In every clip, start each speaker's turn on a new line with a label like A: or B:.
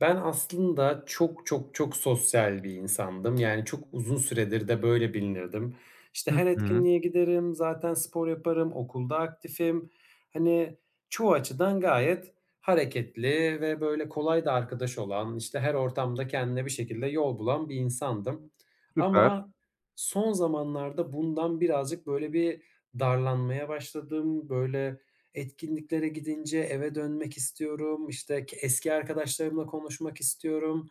A: Ben aslında çok, çok, çok sosyal bir insandım. Yani çok uzun süredir de böyle bilinirdim. İşte
B: Hı
A: her
B: hı.
A: etkinliğe giderim, zaten spor yaparım, okulda aktifim. Hani çoğu açıdan gayet hareketli ve böyle kolay da arkadaş olan, işte her ortamda kendine bir şekilde yol bulan bir insandım.
B: Süper.
A: Ama son zamanlarda bundan birazcık böyle bir darlanmaya başladım. Böyle etkinliklere gidince eve dönmek istiyorum, işte, eski arkadaşlarımla konuşmak istiyorum.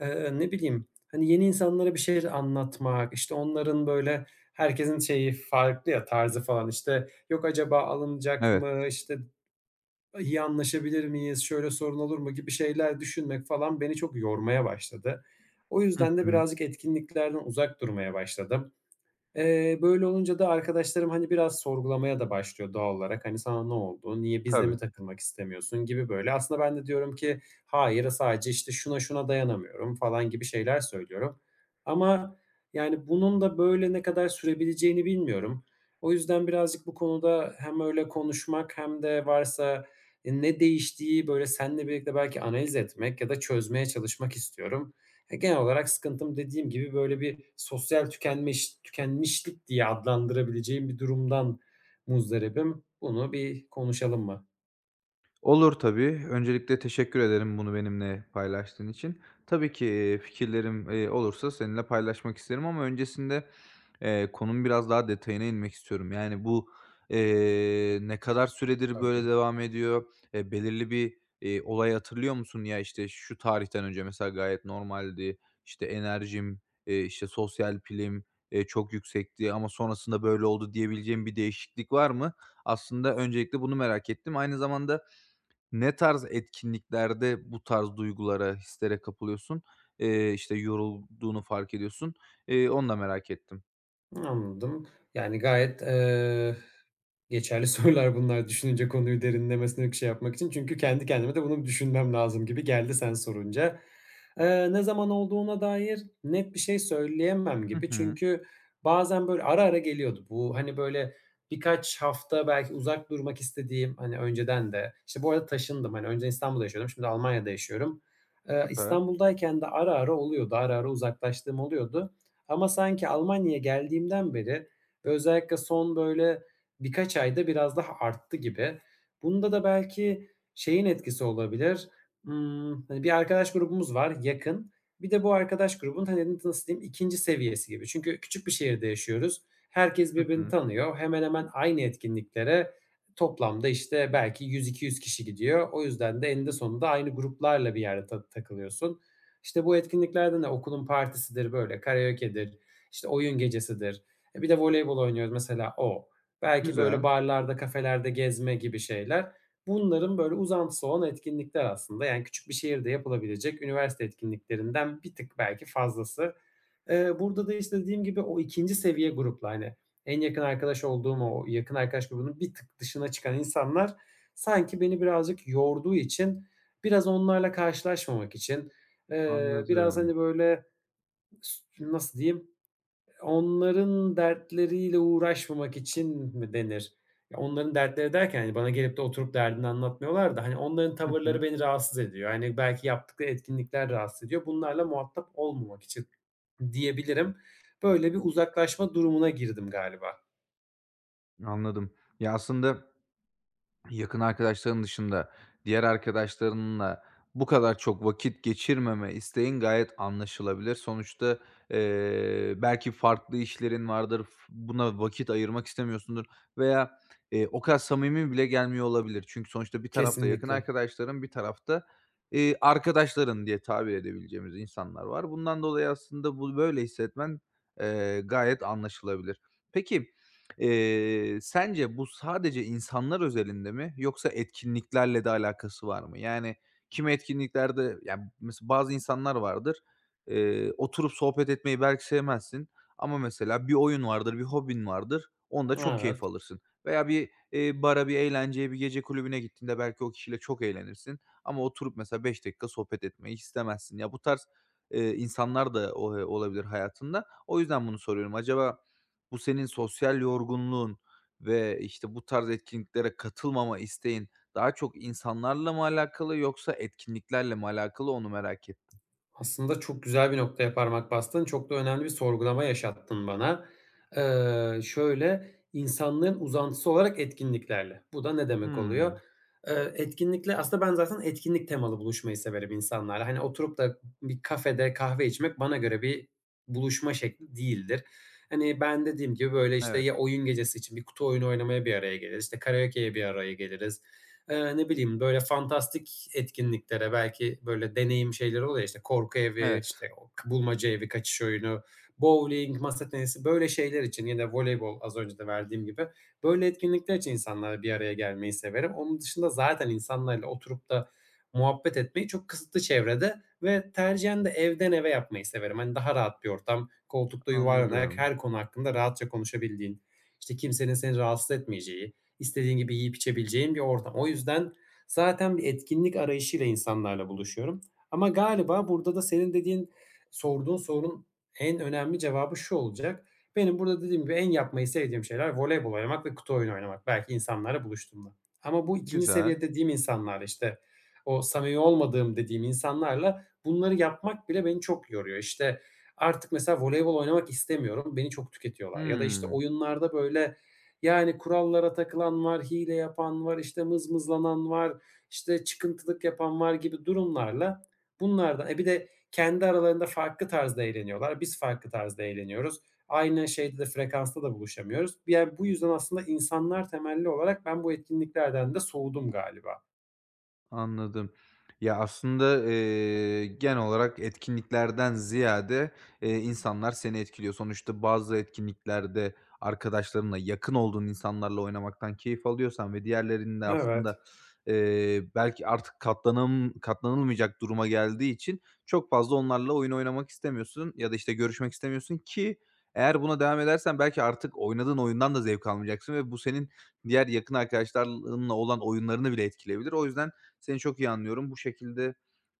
A: Ne bileyim, hani, yeni insanlara bir şeyler anlatmak, işte, onların, böyle, herkesin şeyi farklı ya, tarzı falan, işte, "Yok, acaba alınacak
B: Evet.
A: mı?" işte, "İyi anlaşabilir miyiz? Şöyle sorun olur mu?" gibi şeyler düşünmek falan beni çok yormaya başladı. O
B: Hı
A: yüzden de
B: hı.
A: birazcık etkinliklerden uzak durmaya başladım. Böyle olunca da arkadaşlarım, hani, biraz sorgulamaya da başlıyor doğal olarak. Hani, "Sana ne oldu? Niye bizle
B: Tabii.
A: mi takılmak istemiyorsun?" gibi böyle. Aslında ben de diyorum ki, "Hayır, sadece, işte, şuna dayanamıyorum." falan gibi şeyler söylüyorum. Ama, yani, bunun da böyle ne kadar sürebileceğini bilmiyorum. O yüzden birazcık bu konuda hem öyle konuşmak hem de varsa, ne değiştiği böyle seninle birlikte belki analiz etmek ya da çözmeye çalışmak istiyorum. Ya, genel olarak sıkıntım dediğim gibi böyle bir sosyal tükenmişlik diye adlandırabileceğim bir durumdan muzdaribim. Bunu bir konuşalım mı?
B: Olur tabii. Öncelikle teşekkür ederim bunu benimle paylaştığın için. Tabii ki, fikirlerim, olursa seninle paylaşmak isterim ama öncesinde, konunun biraz daha detayına inmek istiyorum. Yani bu, ne kadar süredir böyle
A: Tabii.
B: devam ediyor? Belirli bir, olay hatırlıyor musun? Ya, işte, şu tarihten önce mesela gayet normaldi. İşte enerjim, işte, sosyal pilim, çok yüksekti ama sonrasında böyle oldu diyebileceğim bir değişiklik var mı? Aslında öncelikle bunu merak ettim. Aynı zamanda, ne tarz etkinliklerde bu tarz duygulara, hislere kapılıyorsun? İşte, yorulduğunu fark ediyorsun. Onu da merak ettim.
A: Anladım. Yani gayet, geçerli sorular bunlar düşününce konuyu derinlemesine şey yapmak için. Çünkü kendi kendime de bunu düşünmem lazım gibi geldi sen sorunca. Ne zaman olduğuna dair net bir şey söyleyemem
B: Hı
A: gibi.
B: hı.
A: Çünkü bazen böyle ara ara geliyordu bu. Hani, böyle, birkaç hafta belki uzak durmak istediğim, hani, önceden de İşte, bu arada taşındım. Hani, önce İstanbul'da yaşıyordum, şimdi Almanya'da yaşıyorum.
B: Süper.
A: İstanbul'dayken de ara ara oluyordu, ara ara uzaklaştığım oluyordu. Ama sanki Almanya'ya geldiğimden beri ve özellikle son böyle birkaç ayda biraz daha arttı gibi. Bunda da belki şeyin etkisi olabilir. Hani, bir arkadaş grubumuz var yakın. Bir de bu arkadaş grubunun, hani, nasıl diyeyim ikinci seviyesi gibi. Çünkü küçük bir şehirde yaşıyoruz. Herkes
B: Hı
A: birbirini
B: hı.
A: tanıyor. Hemen hemen aynı etkinliklere toplamda, işte, belki 100-200 kişi gidiyor. O yüzden de eninde sonunda aynı gruplarla bir yerde takılıyorsun. İşte bu etkinliklerde de okulun partisidir, böyle karaoke'dir, işte oyun gecesidir. E, bir de voleybol oynuyoruz mesela o. Belki böyle
B: Güzel.
A: barlarda, kafelerde gezme gibi şeyler. Bunların böyle uzantısı olan etkinlikler aslında. Yani küçük bir şehirde yapılabilecek üniversite etkinliklerinden bir tık belki fazlası. Burada da işte dediğim gibi o ikinci seviye grupla, hani, en yakın arkadaş olduğum o yakın arkadaş grubunun bir tık dışına çıkan insanlar sanki beni birazcık yorduğu için, biraz onlarla karşılaşmamak için, biraz,
B: Anladım.
A: hani, böyle, nasıl diyeyim, onların dertleriyle uğraşmamak için mi denir? Ya, onların dertleri derken, hani, bana gelip de oturup derdini anlatmıyorlar da, hani, onların
B: Hı
A: tavırları
B: hı.
A: beni rahatsız ediyor. Hani, belki yaptıkları etkinlikler rahatsız ediyor. Bunlarla muhatap olmamak için diyebilirim. Böyle bir uzaklaşma durumuna girdim galiba.
B: Anladım. Ya, aslında yakın arkadaşların dışında diğer arkadaşlarınla bu kadar çok vakit geçirmeme isteğin gayet anlaşılabilir. Sonuçta, belki farklı işlerin vardır, buna vakit ayırmak istemiyorsundur veya, o kadar samimi bile gelmiyor olabilir. Çünkü sonuçta bir tarafta yakın
A: Kesinlikle.
B: arkadaşların, bir tarafta, arkadaşların diye tabir edebileceğimiz insanlar var. Bundan dolayı aslında bu böyle hissetmen, gayet anlaşılabilir. Peki, sence bu sadece insanlar özelinde mi yoksa etkinliklerle de alakası var mı? Yani, kimi etkinliklerde yani mesela bazı insanlar vardır, oturup sohbet etmeyi belki sevmezsin ama mesela bir oyun vardır, bir hobin vardır, onda çok keyif
A: Evet.
B: alırsın veya bir, bara, bir eğlenceye, bir gece kulübüne gittiğinde belki o kişiyle çok eğlenirsin ama oturup mesela 5 dakika sohbet etmeyi istemezsin. Ya, bu tarz, insanlar da o olabilir hayatında. O yüzden bunu soruyorum. Acaba bu senin sosyal yorgunluğun ve, işte, bu tarz etkinliklere katılmama isteğin daha çok insanlarla mı alakalı yoksa etkinliklerle mi alakalı onu merak ettim.
A: Aslında çok güzel bir noktaya parmak bastın. Çok da önemli bir sorgulama yaşattın bana. Şöyle, insanlığın uzantısı olarak etkinliklerle. Bu da ne demek oluyor?
B: Hımm.
A: Etkinlikle aslında ben zaten etkinlik temalı buluşmayı severim insanlarla. Hani, oturup da bir kafede kahve içmek bana göre bir buluşma şekli değildir. Hani, ben dediğim gibi, böyle, işte,
B: Evet,
A: ya oyun gecesi için bir kutu oyunu oynamaya bir araya geliriz, işte, karaokeye bir araya geliriz. Ne bileyim, böyle fantastik etkinliklere belki böyle deneyim şeyleri oluyor ya, işte, korku evi,
B: evet,
A: işte, o k bulmaca evi, kaçış oyunu, bowling, masa tenisi, böyle şeyler için ya da voleybol az önce de verdiğim gibi, böyle etkinlikler için insanlarla bir araya gelmeyi severim. Onun dışında zaten insanlarla oturup da muhabbet etmeyi çok kısıtlı çevrede ve tercihen de evden eve yapmayı severim. Hani, daha rahat bir ortam, koltukta yuvarlanarak
B: anladım.
A: her konu hakkında rahatça konuşabildiğin, işte, kimsenin seni rahatsız etmeyeceği İstediğin gibi yiyip içebileceğin bir ortam. O yüzden zaten bir etkinlik arayışıyla insanlarla buluşuyorum. Ama galiba burada da senin dediğin, sorduğun sorunun en önemli cevabı şu olacak. Benim burada dediğim gibi en yapmayı sevdiğim şeyler voleybol oynamak ve kutu oyunu oynamak belki insanlarla buluştuğumda. Ama bu ikinci
B: Güzel.
A: seviye dediğim insanlar, işte, o samimi olmadığım dediğim insanlarla bunları yapmak bile beni çok yoruyor. İşte, artık mesela voleybol oynamak istemiyorum, beni çok tüketiyorlar ya da, işte,
B: Hımm.
A: oyunlarda, böyle, yani kurallara takılan var, hile yapan var, işte mızmızlanan var, işte çıkıntılık yapan var gibi durumlarla bunlardan E, bir de kendi aralarında farklı tarzda eğleniyorlar. Biz farklı tarzda eğleniyoruz. Aynı şeyde de frekansta da buluşamıyoruz. Yani, bu yüzden aslında insanlar temelli olarak ben bu etkinliklerden de soğudum galiba.
B: Anladım. Ya, aslında, genel olarak etkinliklerden ziyade, insanlar seni etkiliyor. Sonuçta bazı etkinliklerde arkadaşlarınla, yakın olduğun insanlarla oynamaktan keyif alıyorsan ve diğerlerinde
A: Evet.
B: aslında, belki artık katlanılmayacak duruma geldiği için çok fazla onlarla oyun oynamak istemiyorsun ya da, işte, görüşmek istemiyorsun ki eğer buna devam edersen belki artık oynadığın oyundan da zevk almayacaksın ve bu senin diğer yakın arkadaşlarınla olan oyunlarını bile etkileyebilir. O yüzden seni çok iyi anlıyorum. Bu şekilde,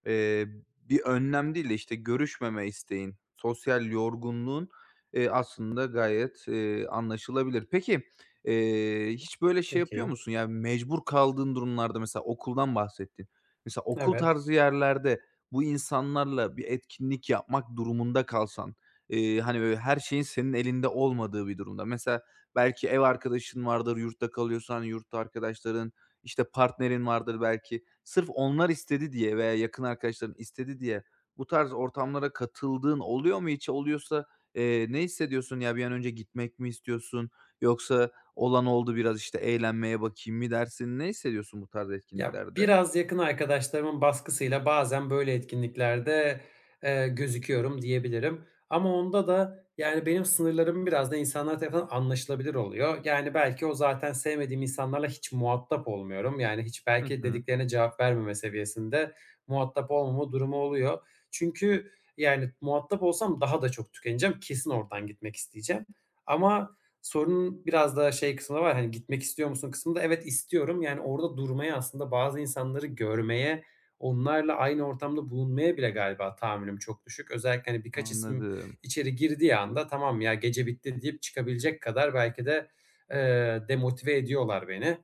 B: eee, bir önlem değil de, işte, görüşmeme isteğin, sosyal yorgunluğun, aslında gayet, anlaşılabilir. Peki, hiç böyle şey yapıyor
A: Peki.
B: musun? Yani mecbur kaldığın durumlarda mesela okuldan bahsettin. Mesela okul
A: Evet.
B: tarzı yerlerde bu insanlarla bir etkinlik yapmak durumunda kalsan, hani, böyle her şeyin senin elinde olmadığı bir durumda. Mesela belki ev arkadaşın vardır, yurtta kalıyorsan yurtta arkadaşların, işte, partnerin vardır belki. Sırf onlar istedi diye veya yakın arkadaşların istedi diye bu tarz ortamlara katıldığın oluyor mu hiç? Oluyorsa, ne hissediyorsun? Ya, bir an önce gitmek mi istiyorsun yoksa olan oldu biraz, işte, eğlenmeye bakayım mı dersin? Ne hissediyorsun bu tarz
A: Ya,
B: etkinliklerde?
A: biraz yakın arkadaşlarımın baskısıyla bazen böyle etkinliklerde, gözüküyorum diyebilirim. Ama onda da, yani, benim sınırlarım biraz da insanlar tarafından anlaşılabilir oluyor. Yani, belki o zaten sevmediğim insanlarla hiç muhatap olmuyorum. Yani, hiç
B: Hı
A: belki
B: hı.
A: dediklerine cevap vermeme seviyesinde muhatap olmama durumu oluyor. Çünkü, yani, muhatap olsam daha da çok tükeneceğim. Kesin oradan gitmek isteyeceğim. Ama sorunun biraz daha şey kısmı da var, hani, "Gitmek istiyor musun?" kısmında. Evet, istiyorum. Yani, orada durmaya aslında bazı insanları görmeye, onlarla aynı ortamda bulunmaya bile galiba tahammülüm çok düşük. Özellikle, hani, birkaç isim
B: Anladım.
A: içeri girdiği anda "Tamam ya, gece bitti." deyip çıkabilecek kadar belki de, demotive ediyorlar beni.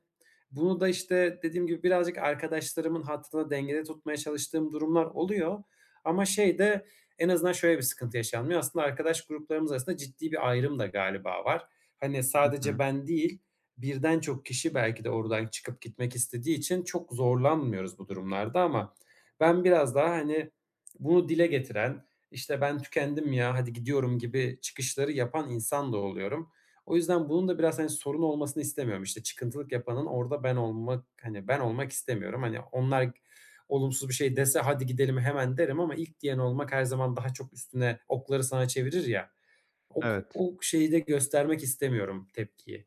A: Bunu da, işte, dediğim gibi birazcık arkadaşlarımın hatırına dengede tutmaya çalıştığım durumlar oluyor ama şey de en azından şöyle bir sıkıntı yaşanmıyor. Aslında arkadaş gruplarımız arasında ciddi bir ayrım da galiba var. Hani,
B: Hı
A: sadece
B: hı.
A: ben değil, birden çok kişi belki de oradan çıkıp gitmek istediği için çok zorlanmıyoruz bu durumlarda ama ben biraz daha, hani, bunu dile getiren, işte, "Ben tükendim ya, hadi gidiyorum." gibi çıkışları yapan insan da oluyorum. O yüzden bunun da biraz, hani, sorun olmasını istemiyorum. İşte, çıkıntılık yapanın orada ben olmak, hani, ben olmak istemiyorum. Hani, onlar olumsuz bir şey dese, "Hadi gidelim hemen." derim ama ilk diyen olmak her zaman daha çok üstüne okları sana çevirir ya. Ok
B: Evet.
A: O şeyi de göstermek istemiyorum, tepkiyi.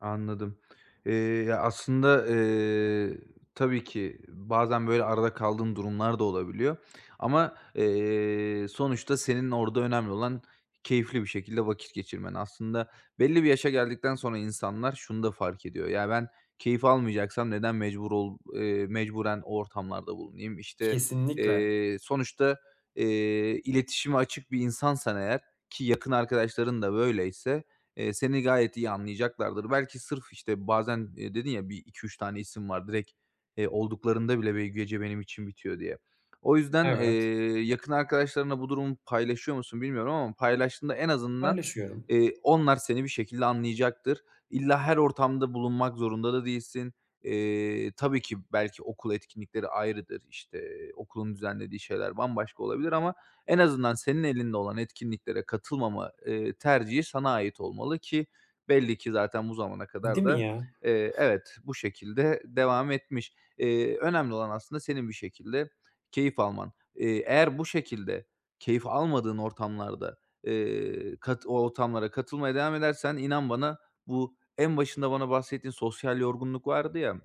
B: Anladım. Eee, ya, aslında, tabii ki bazen böyle arada kaldığın durumlar da olabiliyor ama, sonuçta senin orada önemli olan keyifli bir şekilde vakit geçirmen. Aslında belli bir yaşa geldikten sonra insanlar şunu da fark ediyor. Ya, ben keyif almayacaksam neden mecburen o ortamlarda bulunayım? İşte,
A: Kesinlikle.
B: sonuçta, eee, iletişime açık bir insansan eğer ki yakın arkadaşların da böyleyse, seni gayet iyi anlayacaklardır. Belki sırf, işte, bazen, dedin ya, bir iki üç tane isim var. Direkt, olduklarında bile be gece benim için bitiyor diye. O yüzden,
A: Evet,
B: yakın arkadaşlarına bu durumu paylaşıyor musun bilmiyorum ama paylaştığında en azından,
A: paylaşıyorum.
B: onlar seni bir şekilde anlayacaktır. İlla her ortamda bulunmak zorunda da değilsin. Tabii ki belki okul etkinlikleri ayrıdır, işte, okulun düzenlediği şeyler bambaşka olabilir ama en azından senin elinde olan etkinliklere katılmama, tercihi sana ait olmalı ki belli ki zaten bu zamana
A: Değil
B: kadar
A: mi
B: da,
A: ya?
B: evet, bu şekilde devam etmiş. Önemli olan aslında senin bir şekilde keyif alman. Eğer bu şekilde keyif almadığın ortamlarda, kat o ortamlara katılmaya devam edersen inan bana bu en başında bana bahsettiğin sosyal yorgunluk vardı ya,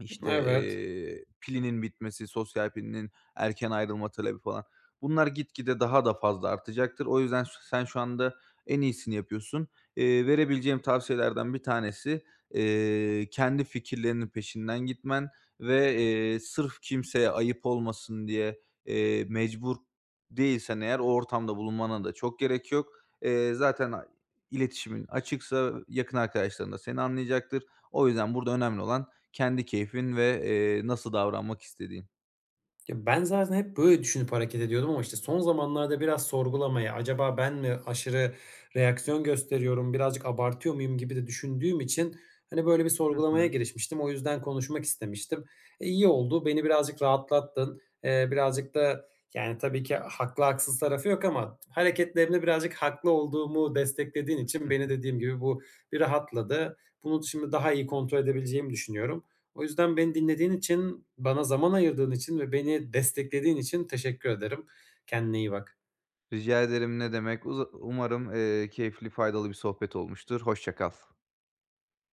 B: işte,
A: Evet.
B: pilinin bitmesi, sosyal pilinin erken ayrılma talebi falan. Bunlar gitgide daha da fazla artacaktır. O yüzden sen şu anda en iyisini yapıyorsun. Verebileceğim tavsiyelerden bir tanesi, kendi fikirlerinin peşinden gitmen ve, sırf kimseye ayıp olmasın diye, mecbur değilsen eğer o ortamda bulunmana da çok gerek yok. Zaten iletişimin açıksa yakın arkadaşların da seni anlayacaktır. O yüzden burada önemli olan kendi keyfin ve, nasıl davranmak istediğin.
A: Ya, ben zaten hep böyle düşünüp hareket ediyordum ama, işte, son zamanlarda biraz sorgulamaya, acaba ben mi aşırı reaksiyon gösteriyorum, birazcık abartıyor muyum gibi de düşündüğüm için, hani, böyle bir
B: Hı
A: sorgulamaya
B: hı.
A: girişmiştim. O yüzden konuşmak istemiştim. E, iyi oldu, beni birazcık rahatlattın. Birazcık da, yani, tabii ki haklı haksız tarafı yok ama hareketlerimde birazcık haklı olduğumu desteklediğin için
B: Hı.
A: beni, dediğim gibi, bu bir rahatladı. Bunu şimdi daha iyi kontrol edebileceğimi düşünüyorum. O yüzden beni dinlediğin için, bana zaman ayırdığın için ve beni desteklediğin için teşekkür ederim. Kendine iyi bak.
B: Rica ederim, ne demek. Umarım, keyifli, faydalı bir sohbet olmuştur. Hoşça kal.